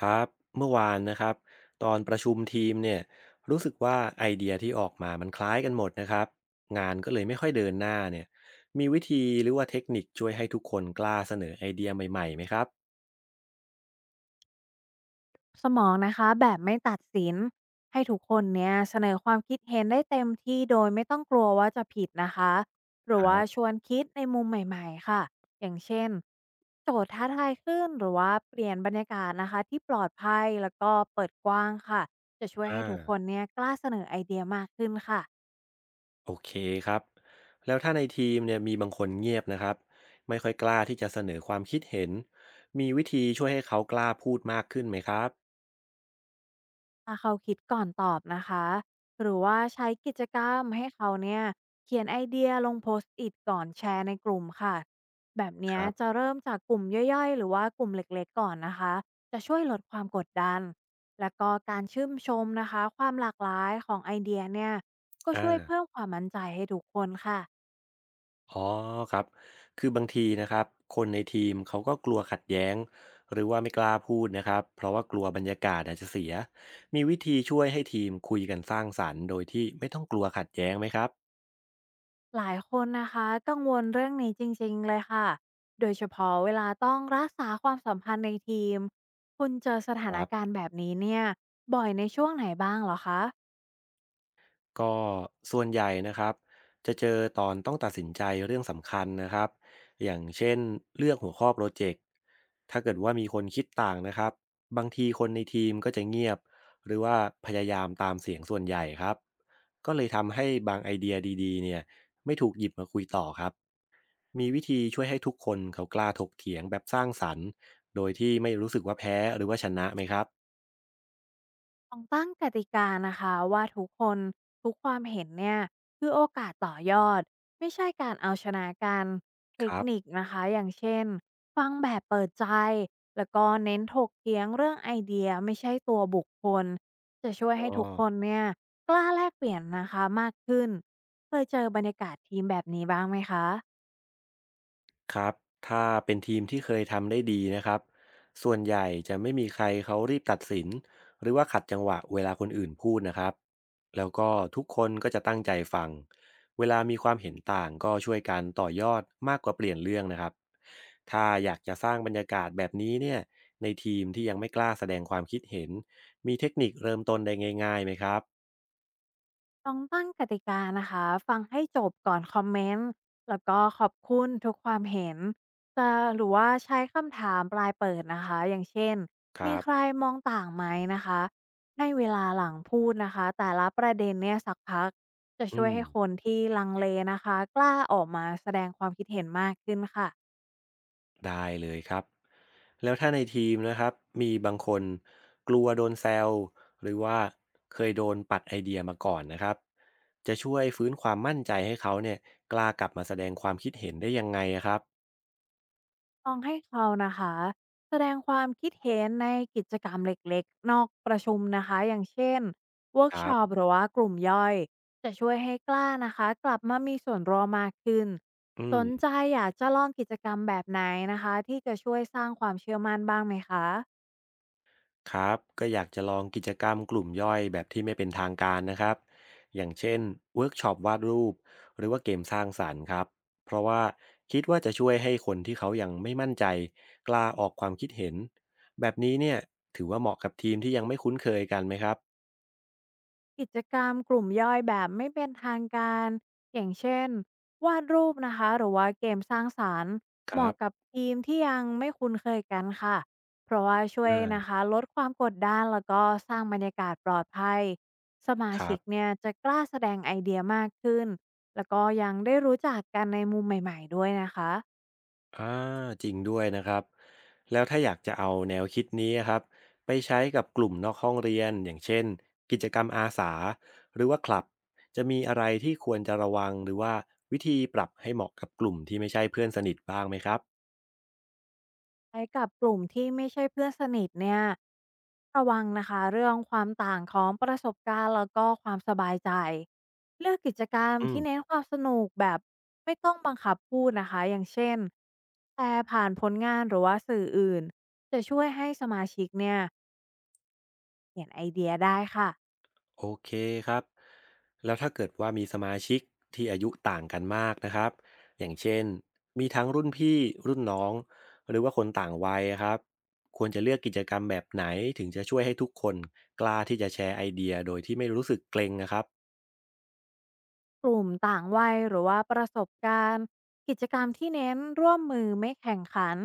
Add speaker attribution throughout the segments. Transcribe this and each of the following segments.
Speaker 1: ครับเมื่อวานนะครับตอนประชุมทีมเนี่ยรู้สึกว่าไอเดียที่ออกมามันคล้ายกันหมดนะครับงานก็เลยไม่ค่อยเดินหน้าเนี่ยมีวิธีหรือว่าเทคนิคช่วยให้ทุกคนกล้าเสนอไอเดียใหม่ๆไหมครับ
Speaker 2: สมองนะคะแบบไม่ตัดสินให้ทุกคนเนี่ยเสนอความคิดเห็นได้เต็มที่โดยไม่ต้องกลัวว่าจะผิดนะคะห
Speaker 1: ค
Speaker 2: รือ
Speaker 1: รั
Speaker 2: ว่าช
Speaker 1: บ
Speaker 2: วนคิดในมุมใหม่ๆค่ะอย่างเช่นโจทย์ท้าทายขึ้นหรือว่าเปลี่ยนบรรยากาศนะคะที่ปลอดภัยแล้วก็เปิดกว้างค่ะจะช่วย
Speaker 1: อ่า
Speaker 2: ให้ทุกคนเนี่ยกล้าเสนอไอเดียมากขึ้นค่ะ
Speaker 1: โอเคครับแล้วถ้าในทีมเนี่ยมีบางคนเงียบนะครับไม่ค่อยกล้าที่จะเสนอความคิดเห็นมีวิธีช่วยให้เขากล้าพูดมากขึ้นไหมครับ
Speaker 2: ถ้าเขาคิดก่อนตอบนะคะหรือว่าใช้กิจกรรมให้เขาเนี่ยเขียนไอเดียลงโพสต์อิทก่อนแชร์ในกลุ่มค่ะแบบ
Speaker 1: ค
Speaker 2: เนี้ย
Speaker 1: รั
Speaker 2: จะ
Speaker 1: บ
Speaker 2: เริ่มจากกลุ่มย่อยๆหรือว่ากลุ่มเล็กๆก่อนนะคะจะช่วยลดความกดดันและก็การชื่นชมนะคะความหลากหลายของไอเดียเนี่ยก็ช่วย
Speaker 1: อ่า
Speaker 2: เพิ่มความมั่นใจให้ทุกคนค่ะ
Speaker 1: อ๋อครับคือบางทีนะครับคนในทีมเขาก็กลัวขัดแย้งหรือว่าไม่กล้าพูดนะครับเพราะว่ากลัวบรรยากาศอาจจะเสียมีวิธีช่วยให้ทีมคุยกันสร้างสรรค์โดยที่ไม่ต้องกลัวขัดแย้งไหมครับ
Speaker 2: หลายคนนะคะกังวลเรื่องนี้จริงๆเลยค่ะ โดยเฉพาะเวลาต้องรักษาความสัมพันธ์ในทีม คุณเจอส
Speaker 1: ค
Speaker 2: ถาน
Speaker 1: รับ
Speaker 2: การณ์แบบนี้เนี่ยบ่อยในช่วงไหนบ้างเหรอคะ
Speaker 1: ก็ส่วนใหญ่นะครับจะเจอตอนต้องตัดสินใจเรื่องสำคัญนะครับอย่างเช่นเลือกหัวข้อโปรเจกต์ถ้าเกิดว่ามีคนคิดต่างนะครับบางทีคนในทีมก็จะเงียบหรือว่าพยายามตามเสียงส่วนใหญ่ครับ ก็เลยทำให้บางไอเดียดีๆเนี่ยไม่ถูกหยิบมาคุยต่อครับ มีวิธีช่วยให้ทุกคนเขากล้าถกเถียงแบบสร้างสรรค์โดยที่ไม่รู้สึกว่าแพ้หรือว่าชนะไหมครับ
Speaker 2: ต้องตั้งกติกานะคะว่าทุกคนทุกความเห็นเนี่ยคือโอกาสต่อยอดไม่ใช่การเอาชนะกันเท
Speaker 1: ค
Speaker 2: ค
Speaker 1: รั
Speaker 2: นิค
Speaker 1: บ
Speaker 2: นะคะอย่างเช่นฟังแบบเปิดใจแล้วก็เน้นถกเถียงเรื่องไอเดียไม่ใช่ตัวบุคคลจะช่วย
Speaker 1: อ๋อ
Speaker 2: ให้ทุกคนเนี่ยกล้าแลกเปลี่ยนนะคะมากขึ้นเคยเจอบรรยากาศทีมแบบนี้บ้างไหมคะ
Speaker 1: ครับถ้าเป็นทีมที่เคยทำได้ดีนะครับส่วนใหญ่จะไม่มีใครเขารีบตัดสินหรือว่าขัดจังหวะเวลาคนอื่นพูดนะครับแล้วก็ทุกคนก็จะตั้งใจฟัง เวลามีความเห็นต่างก็ช่วยกันต่อยอดมากกว่าเปลี่ยนเรื่องนะครับถ้าอยากจะสร้างบรรยากาศแบบนี้เนี่ยในทีมที่ยังไม่กล้าแสดงความคิดเห็น มีเทคนิคเริ่มต้นได้ง่ายๆไหมครับ
Speaker 2: ลองตั้งกติกานะคะฟังให้จบก่อนคอมเมนต์แล้วก็ขอบคุณทุกความเห็นจะหรือว่าใช้คำถามปลายเปิดนะคะอย่างเช่น
Speaker 1: ค
Speaker 2: มี
Speaker 1: รั
Speaker 2: ใคร
Speaker 1: บ
Speaker 2: มองต่างไหมนะคะให้เวลาหลังพูดนะคะแต่ละประเด็นเนี่ยสักพักจะ
Speaker 1: อื
Speaker 2: ช่วย
Speaker 1: ม
Speaker 2: ให้คนที่ลังเลนะคะกล้าออกมาแสดงความคิดเห็นมากขึ้นค่ะ
Speaker 1: ได้เลยครับแล้วถ้าในทีมนะครับมีบางคนกลัวโดนแซวหรือว่าเคยโดนปัดไอเดียมาก่อนนะครับจะช่วยฟื้นความมั่นใจให้เขาเนี่ยกล้ากลับมาแสดงความคิดเห็นได้ยังไงอะครับ
Speaker 2: ลองให้เขานะคะแสดงความคิดเห็นในกิจกรรมเล็กๆนอกประชุมนะคะอย่างเช่นเวิร์ก
Speaker 1: ครั
Speaker 2: ช็อป
Speaker 1: บ
Speaker 2: หรือว่ากลุ่มย่อยจะช่วยให้กล้านะคะกลับมามีส่วนร่วมมากขึ้น
Speaker 1: อื
Speaker 2: ส
Speaker 1: ม
Speaker 2: นใจอยากจะลองกิจกรรมแบบไหนนะคะที่จะช่วยสร้างความเชื่อมั่นบ้างไหมคะ
Speaker 1: ครับก็อยากจะลองกิจกรรมกลุ่มย่อยแบบที่ไม่เป็นทางการนะครับอย่างเช่นเวิร์กช็อปวาดรูปหรือว่าเกมสร้างสรรค์ครับเพราะว่าคิดว่าจะช่วยให้คนที่เขายังไม่มั่นใจกล้าออกความคิดเห็นแบบนี้เนี่ยถือว่าเหมาะกับทีมที่ยังไม่คุ้นเคยกันไหมครับ
Speaker 2: กิจกรรมกลุ่มย่อยแบบไม่เป็นทางการอย่างเช่นวาดรูปนะคะหรือว่าเกมสร้างสารรค์
Speaker 1: ค
Speaker 2: เห
Speaker 1: รั
Speaker 2: มาะกับ
Speaker 1: บ
Speaker 2: ทีมที่ยังไม่คุ้นเคยกันค่ะเพราะว่าช่วย
Speaker 1: อ่า
Speaker 2: นะคะลดความกดดันแล้วก็สร้างบรรยากาศปลอดภัยสมา
Speaker 1: ครั
Speaker 2: ชิ
Speaker 1: บ
Speaker 2: กเนี่ยจะกล้าแสดงไอเดียมากขึ้นแล้วก็ยังได้รู้จักกันในมุมใหม่ๆด้วยนะคะ
Speaker 1: อาจริงด้วยนะครับแล้วถ้าอยากจะเอาแนวคิดนี้ะครับไปใช้กับกลุ่มนอกห้องเรียนอย่างเช่นกิจกรรมอาสาหรือว่าคลับจะมีอะไรที่ควรจะระวังหรือว่าวิธีปรับให้เหมาะกับกลุ่มที่ไม่ใช่เพื่อนสนิทบ้างไหมครับ
Speaker 2: ใช้กับกลุ่มที่ไม่ใช่เพื่อนสนิทเนี่ยระวังนะคะเรื่องความต่างของประสบการณ์แล้วก็ความสบายใจเลือกกิจกรรม
Speaker 1: อืม
Speaker 2: ที่เน้นความสนุกแบบไม่ต้องบังคับพูดนะคะอย่างเช่นแชร์ผ่านผลงานหรือว่าสื่ออื่นจะช่วยให้สมาชิกเนี่ยเปลี่ยนไอเดียได้ค่ะ
Speaker 1: โอเคครับ แล้วถ้าเกิดว่ามีสมาชิกที่อายุต่างกันมากนะครับ อย่างเช่น มีทั้งรุ่นพี่รุ่นน้องหรือว่าคนต่างวัยครับ ควรจะเลือกกิจกรรมแบบไหนถึงจะช่วยให้ทุกคนกล้าที่จะแชร์ไอเดียโดยที่ไม่รู้สึกเกรงนะครับ
Speaker 2: กลุ่มต่างวัยหรือว่าประสบการณ์กิจกรรมที่เน้นร่วมมือไม่แข่งขัน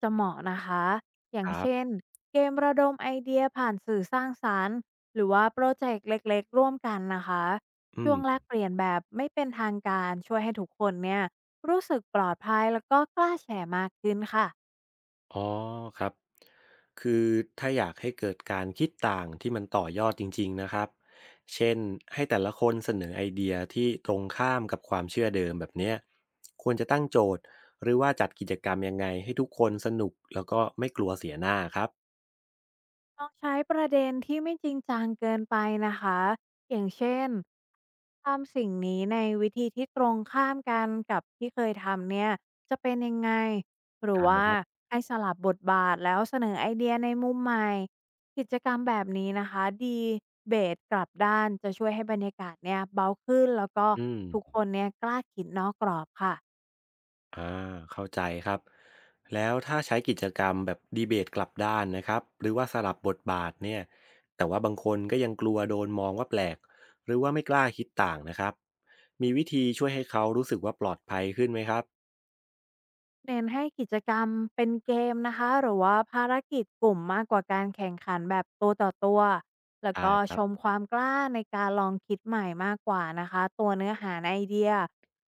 Speaker 2: จะเหมาะนะคะอย่า
Speaker 1: ค
Speaker 2: ง
Speaker 1: รับ
Speaker 2: เช่นเกมระดมไอเดียผ่านสื่อสร้างสารรค์หรือว่าโปรเจกต์เล็กๆร่วมกันนะคะ
Speaker 1: อื
Speaker 2: ช่วงแลก
Speaker 1: ม
Speaker 2: เปลี่ยนแบบไม่เป็นทางการช่วยให้ทุกคนเนี่ยรู้สึกปลอดภัยแล้วก็กล้าแชร์มากขึ้นค่ะ
Speaker 1: อ๋อครับ คือถ้าอยากให้เกิดการคิดต่างที่มันต่อยอดจริงๆนะครับ เช่นให้แต่ละคนเสนอไอเดียที่ตรงข้ามกับความเชื่อเดิมแบบเนี้ยควรจะตั้งโจทย์หรือว่าจัดกิจกรรมยังไงให้ทุกคนสนุกแล้วก็ไม่กลัวเสียหน้าครับ
Speaker 2: ลองใช้ประเด็นที่ไม่จริงจังเกินไปนะคะอย่างเช่นทำสิ่งนี้ในวิธีที่ตรงข้ามกันกับที่เคยทำเนี่ยจะเป็นยังไงหรือ
Speaker 1: ได้
Speaker 2: ว่า
Speaker 1: ครับ
Speaker 2: ให้สลับบทบาทแล้วเสนอไอเดียในมุมใหม่กิจกรรมแบบนี้นะคะดีเบสกลับด้านจะช่วยให้บรรยากาศเนี่ยเบาขึ้นแล้วก็
Speaker 1: อื
Speaker 2: ทุก
Speaker 1: ม
Speaker 2: คนเนี่ยกล้าคิดนอกกรอบค่ะ
Speaker 1: อ่าเข้าใจครับแล้วถ้าใช้กิจกรรมแบบดีเบตกลับด้านนะครับหรือว่าสลับบทบาทเนี่ยแต่ว่าบางคนก็ยังกลัวโดนมองว่าแปลกหรือว่าไม่กล้าคิดต่างนะครับมีวิธีช่วยให้เขารู้สึกว่าปลอดภัยขึ้นไหมครับ
Speaker 2: เน้นให้กิจกรรมเป็นเกมนะคะหรือว่าภารกิจกลุ่มมากกว่าการแข่งขันแบบตัวต่อตัวแล้ว
Speaker 1: ได้
Speaker 2: ก็
Speaker 1: ครั
Speaker 2: ชม
Speaker 1: บ
Speaker 2: ความกล้าในการลองคิดใหม่มากกว่านะคะตัวเนื้อหาในไอเดีย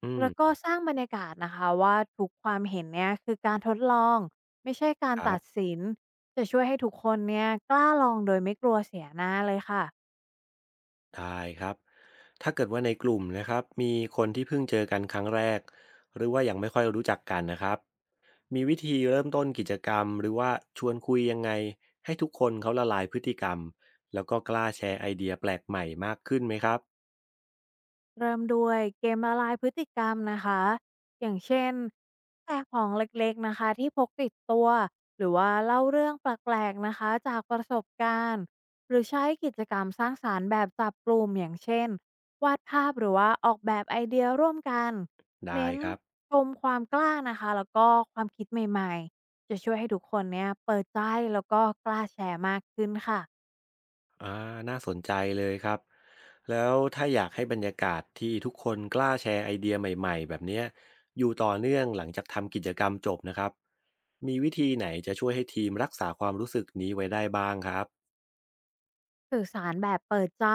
Speaker 1: อื
Speaker 2: แล้วก็
Speaker 1: ม
Speaker 2: สร้างบรรยากาศนะคะว่าทุกความเห็นเนี่ยคือการทดลองไม่ใช่การ
Speaker 1: ครั
Speaker 2: ตัด
Speaker 1: บ
Speaker 2: สินจะช่วยให้ทุกคนเนี่ยกล้าลองโดยไม่กลัวเสียหน้าเลยค่ะ
Speaker 1: ได้ครับ ถ้าเกิดว่าในกลุ่มนะครับมีคนที่เพิ่งเจอกันครั้งแรกหรือว่ายังไม่ค่อยรู้จักกันนะครับมีวิธีเริ่มต้นกิจกรรมหรือว่าชวนคุยยังไงให้ทุกคนเขาละลายพฤติกรรมแล้วก็กล้าแชร์ไอเดียแปลกใหม่มากขึ้นไหมครับ
Speaker 2: เริ่มด้วยเกมละลายพฤติกรรมนะคะอย่างเช่นแจกของเล็กๆนะคะที่พกติดตัวหรือว่าเล่าเรื่องแปลกๆนะคะจากประสบการณ์หรือใช้กิจกรรมสร้างสารรค์แบบจับกลุ่มอย่างเช่นวาดภาพหรือว่าออกแบบไอเดียร่วมกัน
Speaker 1: ได้
Speaker 2: เน้น
Speaker 1: ครับ
Speaker 2: ชมความกล้านะคะแล้วก็ความคิดใหม่ๆจะช่วยให้ทุกคนเนี่ยเปิดใจแล้วก็กล้าแชร์มากขึ้นค่ะ
Speaker 1: อาน่าสนใจเลยครับ แล้วถ้าอยากให้บรรยากาศที่ทุกคนกล้าแชร์ไอเดียใหม่ๆแบบเนี้ยอยู่ต่อเนื่องหลังจากทำกิจกรรมจบนะครับ มีวิธีไหนจะช่วยให้ทีมรักษาความรู้สึกนี้ไว้ได้บ้างครับ
Speaker 2: สื่อสารแบบเปิดใจ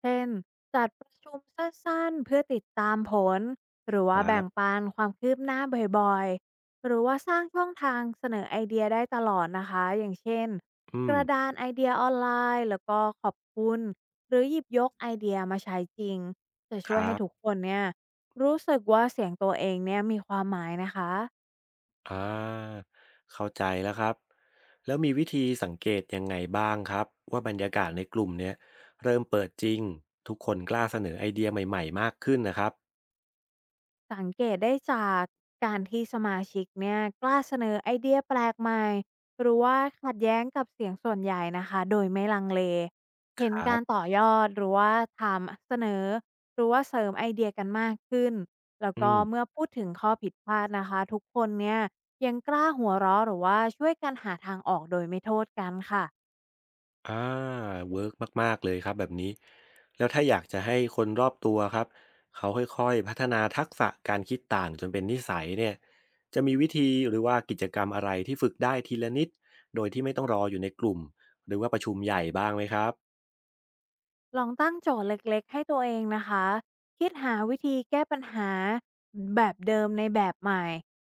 Speaker 2: เช่น จัดประชุมสั้นๆ เพื่อติดตามผล หรือ
Speaker 1: ค
Speaker 2: ว่า
Speaker 1: รั
Speaker 2: แบ่ง
Speaker 1: บ
Speaker 2: ปันความคืบหน้าบ่อยๆ หรือว่าสร้างช่องทางเสนอไอเดียได้ตลอดนะคะ อย่างเช่น
Speaker 1: อื
Speaker 2: ก
Speaker 1: ม
Speaker 2: ระดานไอเดียออนไลน์แล้วก็ขอบคุณหรือหยิบยกไอเดียมาใช้จริง จะ
Speaker 1: ค
Speaker 2: ช่วย
Speaker 1: รั
Speaker 2: ให้ทุก
Speaker 1: บ
Speaker 2: คนเนี่ยรู้สึกว่าเสียงตัวเองเนี่ยมีความหมายนะคะ
Speaker 1: อ่า เข้าใจแล้วครับ แล้วมีวิธีสังเกตยังไงบ้างครับว่าบรรยากาศในกลุ่มเนี้ยเริ่มเปิดจริงทุกคนกล้าเสนอไอเดียใหม่ๆมากขึ้นนะครับ
Speaker 2: สังเกตได้จากการที่สมาชิกเนี่ยกล้าเสนอไอเดียแปลกใหม่หรือว่าขัดแย้งกับเสียงส่วนใหญ่นะคะโดยไม่ลังเลเห็
Speaker 1: ค
Speaker 2: น
Speaker 1: รั
Speaker 2: การ
Speaker 1: บ
Speaker 2: ต่อยอดหรือว่าทำเสนอหรือว่าเสริมไอเดียกันมากขึ้นแล้ว
Speaker 1: อื
Speaker 2: ก็
Speaker 1: ม
Speaker 2: เมื่อพูดถึงข้อผิดพลาดนะคะทุกคนเนี่ยยังกล้าหัวเราะหรือว่าช่วยกันหาทางออกโดยไม่โทษกันค่ะ
Speaker 1: อาเวิร์กมากๆเลยครับแบบนี้แล้วถ้าอยากจะให้คนรอบตัวครับเขาค่อยๆพัฒนาทักษะการคิดต่างจนเป็นนิสัยเนี่ยจะมีวิธีหรือว่ากิจกรรมอะไรที่ฝึกได้ทีละนิดโดยที่ไม่ต้องรออยู่ในกลุ่มหรือว่าประชุมใหญ่บ้างไหมครับ
Speaker 2: ลองตั้งโจทย์เล็กๆให้ตัวเองนะคะคิดหาวิธีแก้ปัญหาแบบเดิมในแบบใหม่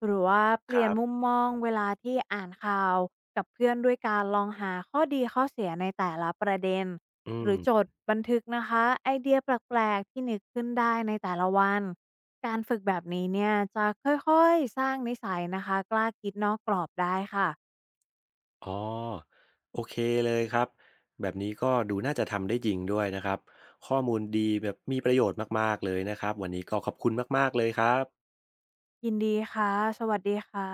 Speaker 2: หรือว่าเป
Speaker 1: ค
Speaker 2: ลี่ย
Speaker 1: รั
Speaker 2: นมุ
Speaker 1: บ
Speaker 2: มมองเวลาที่อ่านข่าวกับเพื่อนด้วยการลองหาข้อดีข้อเสียในแต่ละประเด็น
Speaker 1: อื
Speaker 2: หรื
Speaker 1: ม
Speaker 2: อจดบันทึกนะคะไอเดียแปลกๆที่นึกขึ้นได้ในแต่ละวันการฝึกแบบนี้เนี่ยจะค่อยๆสร้างนิสัยนะคะกล้าคิดนอกกรอบได้ค่ะ
Speaker 1: อ๋อโอเคเลยครับแบบนี้ก็ดูน่าจะทำได้จริงด้วยนะครับข้อมูลดีแบบมีประโยชน์มากๆเลยนะครับวันนี้ก็ขอบคุณมากๆเลยครับ
Speaker 2: ยินดีค่ะสวัสดีค่ะ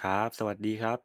Speaker 1: ครับสวัสดีครับ